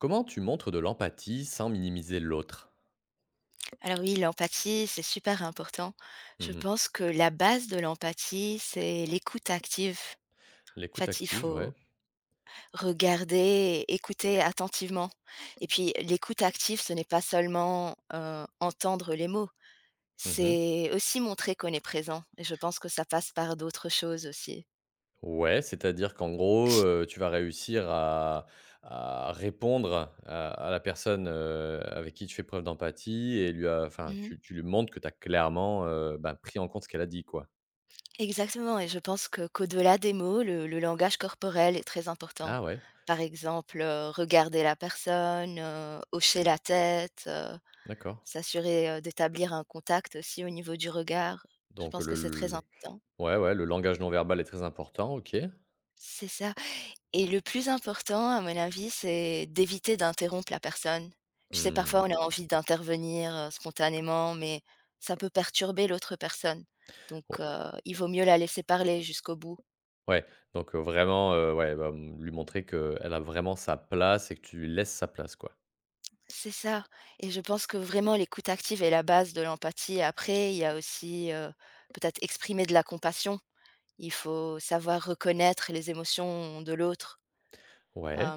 Comment tu montres de l'empathie sans minimiser l'autre? Alors oui, l'empathie, c'est super important. Je Mmh. pense que la base de l'empathie, c'est l'écoute active. En L'écoute fait, il active, faut ouais. regarder, écouter attentivement. Et puis, l'écoute active, ce n'est pas seulement entendre les mots, Mmh. c'est aussi montrer qu'on est présent. Et je pense que ça passe par d'autres choses aussi. Ouais, c'est-à-dire qu'en gros, tu vas réussir à répondre à la personne, avec qui tu fais preuve d'empathie et lui a enfin, Mhm. tu lui montres que tu as clairement, bah, pris en compte ce qu'elle a dit, quoi. Exactement. Et je pense que qu'au-delà des mots, le langage corporel est très important. Ah ouais, Par exemple, regarder la personne, hocher la tête, d'accord. s'assurer, d'établir un contact aussi au niveau du regard, je Donc pense que c'est très le important. Ouais, ouais, le langage non verbal est très important, OK. C'est ça et le plus important à mon avis, c'est d'éviter d'interrompre la personne. Tu sais, parfois, Mmh. on a envie d'intervenir, spontanément, mais ça peut perturber l'autre personne, donc O il vaut mieux la laisser parler jusqu'au bout. ouais, donc vraiment, ouais, bah, lui montrer qu'elle a vraiment sa place et que tu lui laisses sa place, quoi. C'est ça et je pense que vraiment l'écoute active est la base de l'empathie. Après, il y a aussi, peut-être exprimer de la compassion. Il faut savoir reconnaître les émotions de l'autre. Ouais,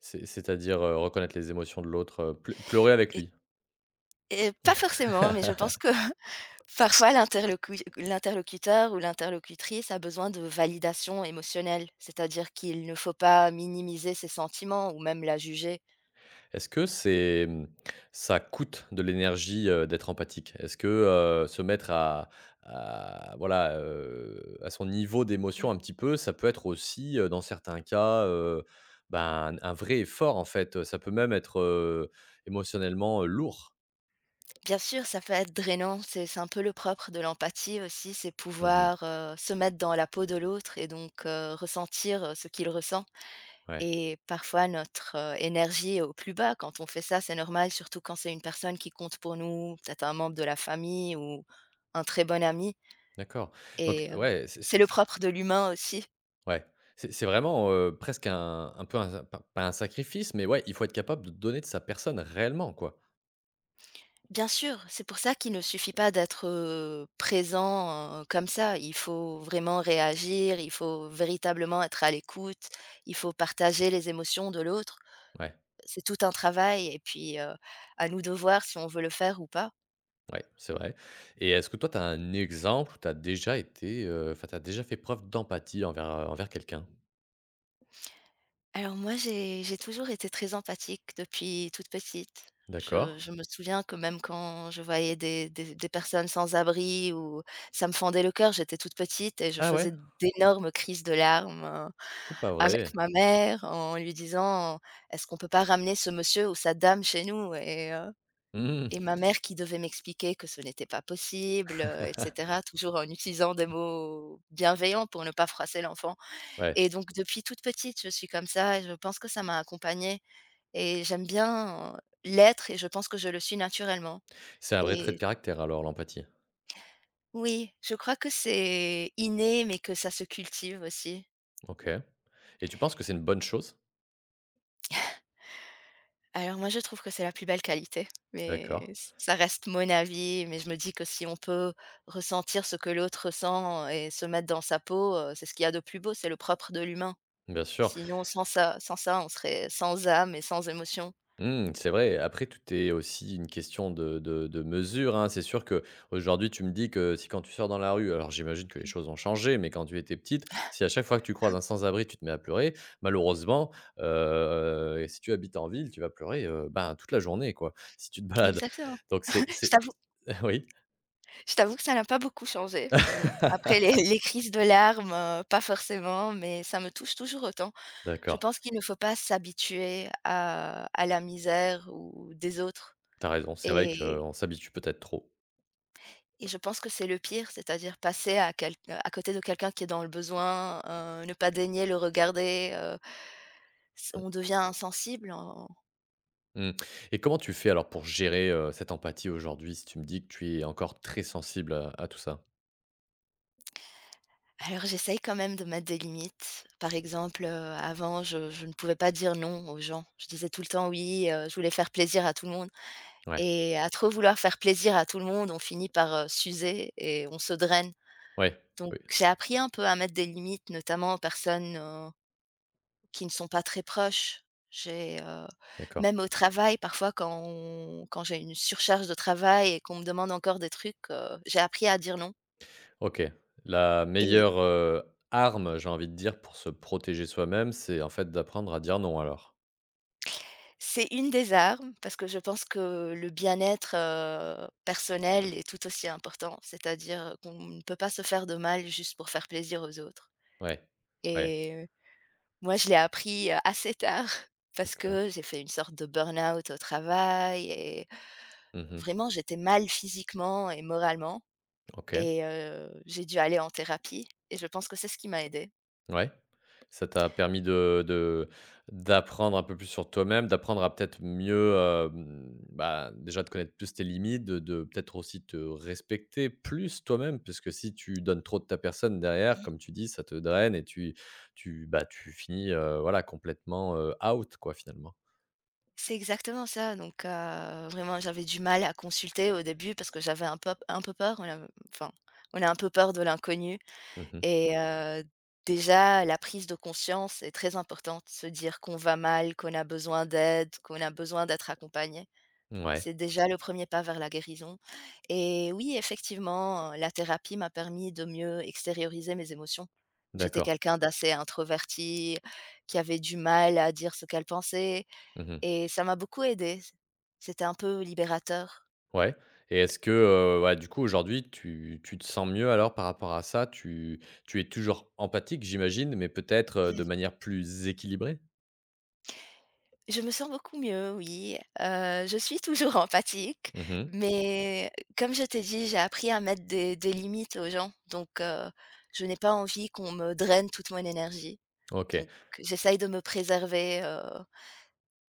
c'est-à-dire, reconnaître les émotions de l'autre, pleurer avec Et lui. et pas forcément, mais je pense que parfois l'interlocuteur ou l'interlocutrice a besoin de validation émotionnelle, c'est-à-dire qu'il ne faut pas minimiser ses sentiments ou même la juger. Est-ce que ça coûte de l'énergie, d'être empathique? Est-ce que, se mettre à voilà, à son niveau d'émotion Mmh. un petit peu, ça peut être aussi, dans certains cas, ben, un vrai effort en fait, ça peut même être, émotionnellement, lourd? Bien sûr, ça peut être drainant, c'est un peu le propre de l'empathie aussi, c'est Mmh. pouvoir, se mettre dans la peau de l'autre et donc ressentir, ce qu'il ressent, Ouais, et parfois notre, énergie est au plus bas quand on fait ça, c'est normal, surtout quand c'est une personne qui compte pour nous, peut-être un membre de la famille ou un très bon ami. d'accord. Donc Et ouais, c'est le propre de l'humain aussi. ouais, c'est vraiment, presque un peu un pas un sacrifice, mais ouais, il faut être capable de donner de sa personne réellement, quoi. Bien sûr, c'est pour ça qu'il ne suffit pas d'être, présent, comme ça. Il faut vraiment réagir, il faut véritablement être à l'écoute, il faut partager les émotions de l'autre. Ouais, C'est tout un travail et puis, à nous de voir si on veut le faire ou pas. ouais, c'est vrai, et est-ce que toi, tu as un exemple où tu as déjà été, enfin, tu as déjà fait preuve d'empathie envers quelqu'un? Alors moi, j'ai toujours été très empathique depuis toute petite. Je D'accord. je me souviens que même quand je voyais des personnes sans abri ou ça me fendait le cœur, j'étais toute petite et je Ah ouais? faisais d'énormes crises de larmes, C'est pas avec vrai? ma mère en lui disant: «Est-ce qu'on peut pas ramener ce monsieur ou sa dame chez nous?» Et Mmh. ma mère qui devait m'expliquer que ce n'était pas possible, et cetera, toujours en utilisant des mots bienveillants pour ne pas froisser l'enfant. Ouais, Et donc depuis toute petite, je suis comme ça et je pense que ça m'a accompagnée et j'aime bien, l'être, et je pense que je le suis naturellement, c'est un vrai trait de et caractère alors, l'empathie? oui, je crois que c'est inné, mais que ça se cultive aussi. OK, et tu penses que c'est une bonne chose? Alors moi, je trouve que c'est la plus belle qualité, D'accord, mais ç ça reste mon avis, mais je me dis que si on peut ressentir ce que l'autre ressent et se mettre dans sa peau, c'est ce qu'il y a de plus beau, c'est le propre de l'humain. bien sûr. Sinon sans ça, on serait sans âme et sans émotion. Mmh, c'est vrai. Après, tout est aussi une question de mesure, hein. C'est sûr que aujourd'hui, tu me dis que si quand tu sors dans la rue, alors j'imagine que les choses ont changé, mais quand tu étais petite, si à chaque fois que tu croises un sans-abri, tu te mets à pleurer, malheureusement, et si tu habites en ville, tu vas pleurer, ben, toute la journée, quoi, si tu te balades. Exactement. Donc c'est Je c'est t'avoue oui? Je t'avoue que ça n'a pas beaucoup changé. Bon, après les crises de larmes, pas forcément, mais ça me touche toujours autant. Je D'accord. pense qu'il ne faut pas s'habituer à la misère ou des autres, T'as raison. C'est vrai et qu'on s'habitue peut-être trop. et je pense que c'est le pire, c'est-à-dire passer à quelq à côté de quelqu'un qui est dans le besoin, ne pas daigner le regarder, s Mmh. on devient insensible en. Mmh, et comment tu fais alors pour gérer, cette empathie aujourd'hui, si tu me dis que tu es encore très sensible à tout ça? Alors j'essaye quand même de mettre des limites. Par exemple, avant je ne pouvais pas dire non aux gens. Je disais tout le temps oui, je voulais faire plaisir à tout le monde. Ouais, Et à trop vouloir faire plaisir à tout le monde, on finit par, s'user et on se draine. ouais, Donc oui, j'ai appris un peu à mettre des limites, notamment aux personnes, qui ne sont pas très proches. J'ai, d'accord. même au travail, parfois quand j'ai une surcharge de travail et qu'on me demande encore des trucs, j'ai appris à dire non. OK. La Et meilleure, arme, j'ai envie de dire, pour se protéger soi-même, c'est en fait d'apprendre à dire non alors? c'est une des armes, parce que je pense que le bien-être, personnel est tout aussi important. C'est-à-dire qu'on ne peut pas se faire de mal juste pour faire plaisir aux autres. Ouais, ouais, Et moi, je l'ai appris, assez tard parce d'accord. que j'ai fait une sorte de burn-out au travail, et Mmh. vraiment j'étais mal physiquement et moralement, OK. et j'ai dû aller en thérapie et je pense que c'est ce qui m'a aidée. Ouais. Ça t'a permis de d'apprendre un peu plus sur toi-même, d'apprendre à peut-être mieux, bah, déjà de connaître plus tes limites, de peut-être aussi te respecter plus toi-même, parce que si tu donnes trop de ta personne derrière, comme tu dis, ça te draine et tu, bah, tu finis, voilà complètement, out quoi finalement. C'est exactement ça, donc vraiment j'avais du mal à consulter au début parce que j'avais un peu peur, on a, enfin, on a un peu peur de l'inconnu, Mmh. et déjà la prise de conscience est très importante. Se dire qu'on va mal, qu'on a besoin d'aide, qu'on a besoin d'être accompagné, Ouais, c'est déjà le premier pas vers la guérison, et oui, effectivement, la thérapie m'a permis de mieux extérioriser mes émotions. J'étais d'accord. quelqu'un d'assez introverti, qui avait du mal à dire ce qu'elle pensait, Mmh. et ça m'a beaucoup aidée. C'était un peu libérateur. Ouais, et est-ce que, ouais, du coup, aujourd'hui, tu te sens mieux alors par rapport à ça? Tu es toujours empathique, j'imagine, mais peut-être, de manière plus équilibrée? Je me sens beaucoup mieux, oui, je suis toujours empathique, Mmh. mais comme je t'ai dit, j'ai appris à mettre des limites aux gens, donc je n'ai pas envie qu'on me draine toute mon énergie, OK, donc j'essaye de me préserver,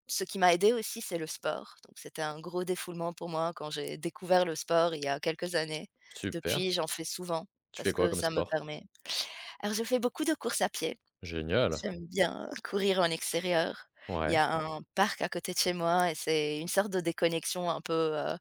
ce qui m'a aidée aussi, c'est le sport, donc c'était un gros défoulement pour moi quand j'ai découvert le sport il y a quelques années. super. Depuis, j'en fais souvent Tu parce fais quoi que comme ça me sport? permet, alors je fais beaucoup de courses à pied. Génial, J'aime bien courir en extérieur. Il y ouais. a un parc à côté de chez moi et c'est une sorte de déconnexion un peu,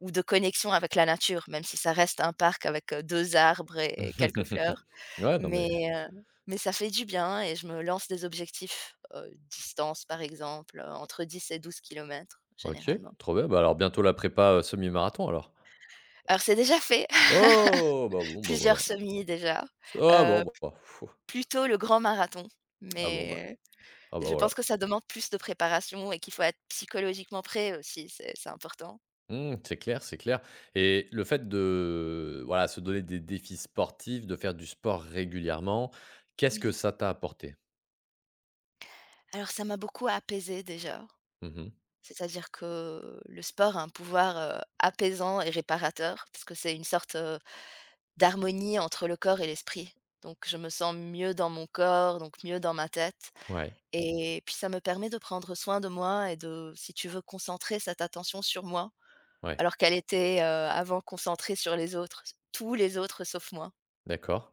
ou de connexion avec la nature, même si ça reste un parc avec, 2 arbres et quelques fleurs. Ouais, non, mais Mais, heu, mais ça fait du bien et je me lance des objectifs, distance par exemple, entre 10 et 12 kilomètres OK, généralement. trop bien. Bah, alors bientôt la prépa, semi-marathon alors? Alors c'est déjà fait, Oh! Bah, bon, bah, plusieurs voilà. semis déjà, Ah bon, heu, bah, pfou. plutôt le grand marathon, Ah bon, bah, mais ah bah, je voilà. pense que ça demande plus de préparation et qu'il faut être psychologiquement prêt aussi, c'est important. Mmh, c'est clair, c'est clair, et le fait de, voilà, se donner des défis sportifs, de faire du sport régulièrement, qu'est-ce que Mmh. ça t'a apporté? Alors ça m'a beaucoup apaisée déjà, Mmh. c'est-à-dire que le sport a un pouvoir, apaisant et réparateur parce que c'est une sorte, d'harmonie entre le corps et l'esprit. Donc je me sens mieux dans mon corps, donc mieux dans ma tête, Ouais, et puis ça me permet de prendre soin de moi et de, si tu veux, concentrer cette attention sur moi. ouais, Alors qu'elle était, avant, concentrée sur les autres, tous les autres sauf moi. d'accord.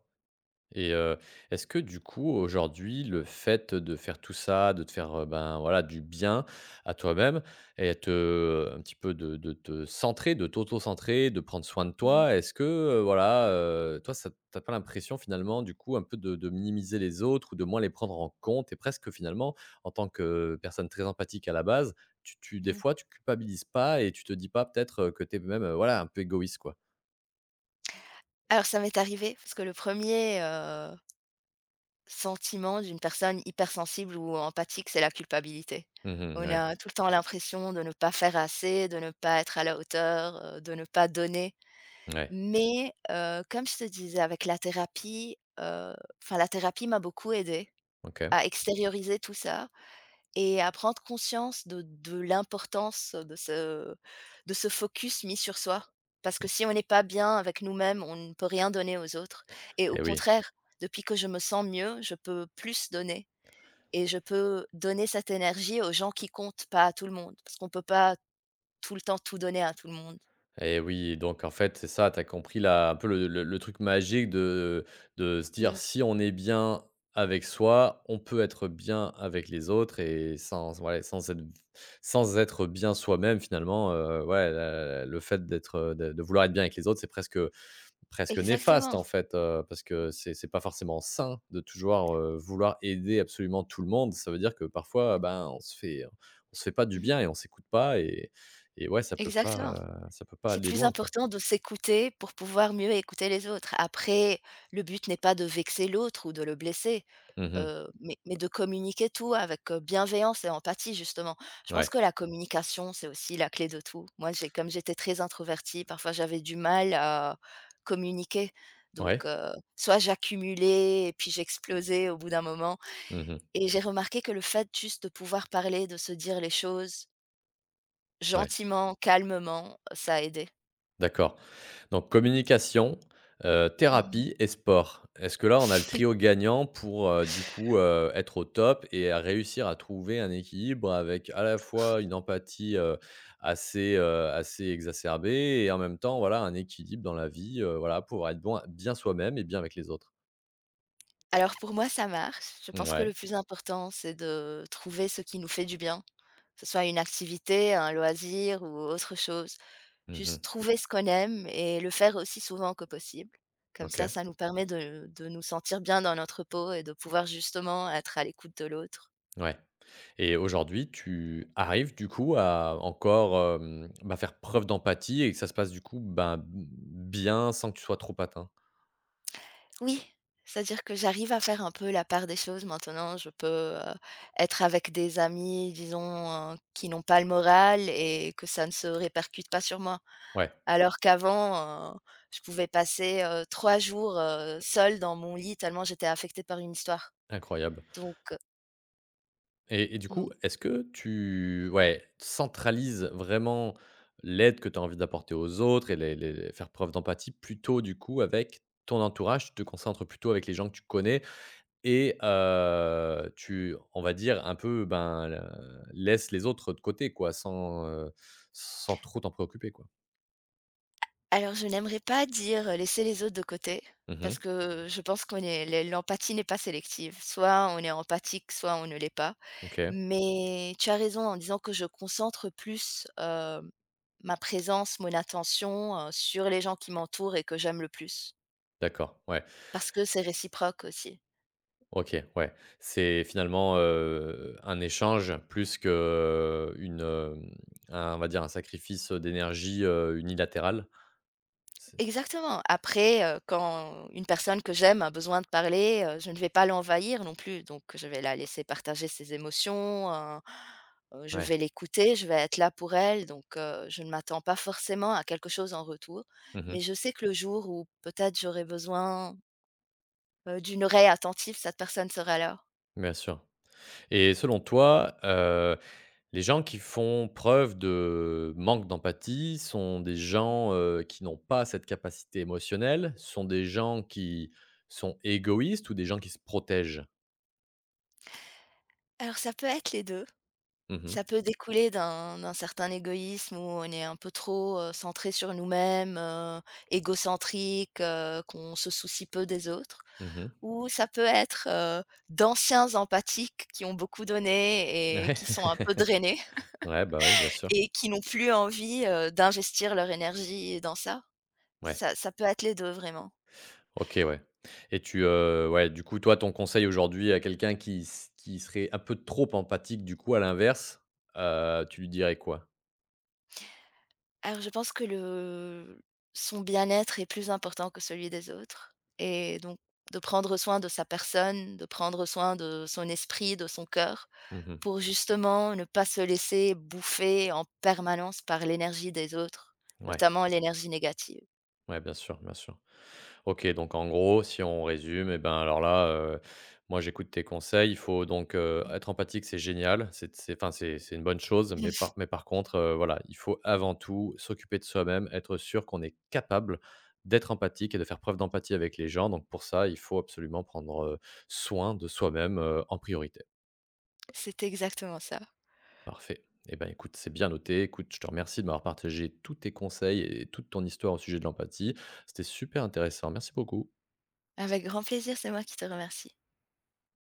Et est-ce que du coup, aujourd'hui, le fait de faire tout ça, de te faire, ben, voilà, du bien à toi-même et te un petit peu de te centrer, de t'auto-centrer, de prendre soin de Mmh mh. toi, est-ce que, voilà, toi, ça tu pas l'impression finalement, du coup, un peu de minimiser les autres ou de moins les prendre en compte et presque finalement, en tant que personne très empathique à la base, tu des Mmh. fois, tu culpabilises pas et tu te dis pas peut-être, que tu es même, voilà, un peu égoïste, quoi? Alors ça m'est arrivé parce que le premier er sentiment d'une personne hypersensible ou empathique, c'est la culpabilité. Mmh, On ouais, a tout le temps l'impression de ne pas faire assez, de ne pas être à la hauteur, de ne pas donner. ouais, Mais comme je te disais, avec la thérapie, enfin la thérapie m'a beaucoup aidée OK. à extérioriser tout ça et à prendre conscience de l'importance de ce focus mis sur soi. Parce que Mmh. si on n'est pas bien avec nous-mêmes, on ne peut rien donner aux autres, et au Et oui. contraire, depuis que je me sens mieux, je peux plus donner et je peux donner cette énergie aux gens qui comptent, pas à tout le monde. Parce qu'on ne peut pas tout le temps tout donner à tout le monde. Et oui, donc en fait, c'est ça, tu as compris là un peu le truc magique de se dire: Mmh. «Si on est bien avec soi, on peut être bien avec les autres», et sans, voilà, sans être bien soi-même finalement, ouais, la le fait d'être, de vouloir être bien avec les autres, c'est presque néfaste Exactement. en fait, parce que c'est pas forcément sain de toujours, vouloir aider absolument tout le monde. Ça veut dire que parfois, ben, on se fait, hein, on se fait pas du Mmh. bien et on s'écoute pas, et ouais, ça peut Exactement. pas ça peut pas C'est aller plus loin, quoi. important de s'écouter pour pouvoir mieux écouter les autres. Après, le but n'est pas de vexer l'autre ou de le blesser, Mmh. Mais de communiquer tout avec, bienveillance et empathie justement. Je pense Ouais. que la communication, c'est aussi la clé de tout. Moi, j'ai, comme j'étais très introvertie, parfois j'avais du mal à communiquer, donc Ouais. Soit j'accumulais et puis j'explosais au bout d'un moment, Mmh. et j'ai remarqué que le fait juste de pouvoir parler, de se dire les choses Ouais. gentiment, calmement, ça a aidé. D'accord. Donc communication, thérapie et sport. Est-ce que là, on a le trio gagnant pour, du coup, être au top et à réussir à trouver un équilibre avec à la fois une empathie, assez exacerbée et en même temps, voilà, un équilibre dans la vie, voilà, pour être bien soi-même et bien avec les autres? Alors pour moi, ça marche. Je pense que Ouais. le plus important, c'est de trouver ce qui nous fait du bien, que ce soit une activité, un loisir ou autre chose. Mmh. Juste trouver ce qu'on aime et le faire aussi souvent que possible. Comme ça, OK. ça nous permet de nous sentir bien dans notre peau et de pouvoir justement être à l'écoute de l'autre. Ouais, et aujourd'hui, tu arrives du coup à encore, bah, faire preuve d'empathie et que ça se passe du coup, ben, bien sans que tu sois trop atteint? Oui, c'est-à-dire que j'arrive à faire un peu la part des choses maintenant. Je peux, être avec des amis, disons, qui n'ont pas le moral, et que ça ne se répercute pas sur moi. Ouais, Alors qu'avant, je pouvais passer, 3 jours, seule dans mon lit tellement j'étais affectée par une histoire. incroyable, Donc et du non. coup, est-ce que tu, ouais, centralises vraiment l'aide que tu as envie d'apporter aux autres et les faire preuve d'empathie plutôt du coup avec ton entourage? Tu te concentres plutôt avec les gens que tu connais. Et tu, on va dire un peu, ben, la laisses les autres de côté quoi, sans trop t'en préoccuper quoi. Alors je n'aimerais pas dire, laisser les autres de côté parce Mmh. que je pense qu'on est, l'empathie n'est pas sélective. Soit on est empathique, soit on ne l'est pas. OK, Mais tu as raison en disant que je concentre plus, ma présence, mon attention, sur les gens qui m'entourent et que j'aime le plus. d'accord, ouais. Parce que c'est réciproque aussi. OK, ouais. C'est finalement, un échange plus qu'une, un on va dire un sacrifice, d'énergie, unilatéral. C'est Exactement. Après, quand une personne que j'aime a besoin de parler, je ne vais pas l'envahir non plus, donc je vais la laisser partager ses émotions, je Ouais. vais l'écouter, je vais être là pour elle, donc je ne m'attends pas forcément à quelque chose en retour. Mais Mmh. je sais que le jour où peut-être j'aurai besoin, d'une oreille attentive, cette personne sera là. Bien sûr. Et selon toi, les gens qui font preuve de manque d'empathie sont des gens, qui n'ont pas cette capacité émotionnelle, sont des gens qui sont égoïstes ou des gens qui se protègent? Alors ça peut être les 2. Mmh mh. Ça peut découler d'un certain égoïsme où on est un peu trop, centré sur nous-mêmes, égocentrique, qu'on se soucie peu des autres. Mmh. Ou ça peut être, d'anciens empathiques qui ont beaucoup donné et Ouais. qui sont un peu drainés Ouais, bah, oui, bien sûr. et qui n'ont plus envie, d'investir leur énergie dans ça. Ouais. Ça peut être les 2 vraiment. OK, ouais. Et tu, ouais, du coup, toi, ton conseil aujourd'hui à quelqu'un qui serait un peu trop empathique, du coup, à l'inverse, tu lui dirais quoi? Alors, je pense que le son bien-être est plus important que celui des autres, et donc de prendre soin de sa personne, de prendre soin de son esprit, de son cœur, Mmh. pour justement ne pas se laisser bouffer en permanence par l'énergie des autres, Ouais. notamment l'énergie négative. Ouais, bien sûr, bien sûr. OK, donc en gros, si on résume, eh ben, alors là, moi j'écoute tes conseils. Il faut donc, être empathique, c'est génial, c'est enfin, c'est une bonne chose, mais par contre, voilà, il faut avant tout s'occuper de soi-même, être sûr qu'on est capable d'être empathique et de faire preuve d'empathie avec les gens. Donc pour ça, il faut absolument prendre, soin de soi-même, en priorité. C'est exactement ça. Parfait. Eh ben, écoute, c'est bien noté. Écoute, je te remercie de m'avoir partagé tous tes conseils et toute ton histoire au sujet de l'empathie. C'était super intéressant. Merci beaucoup. Avec grand plaisir, c'est moi qui te remercie.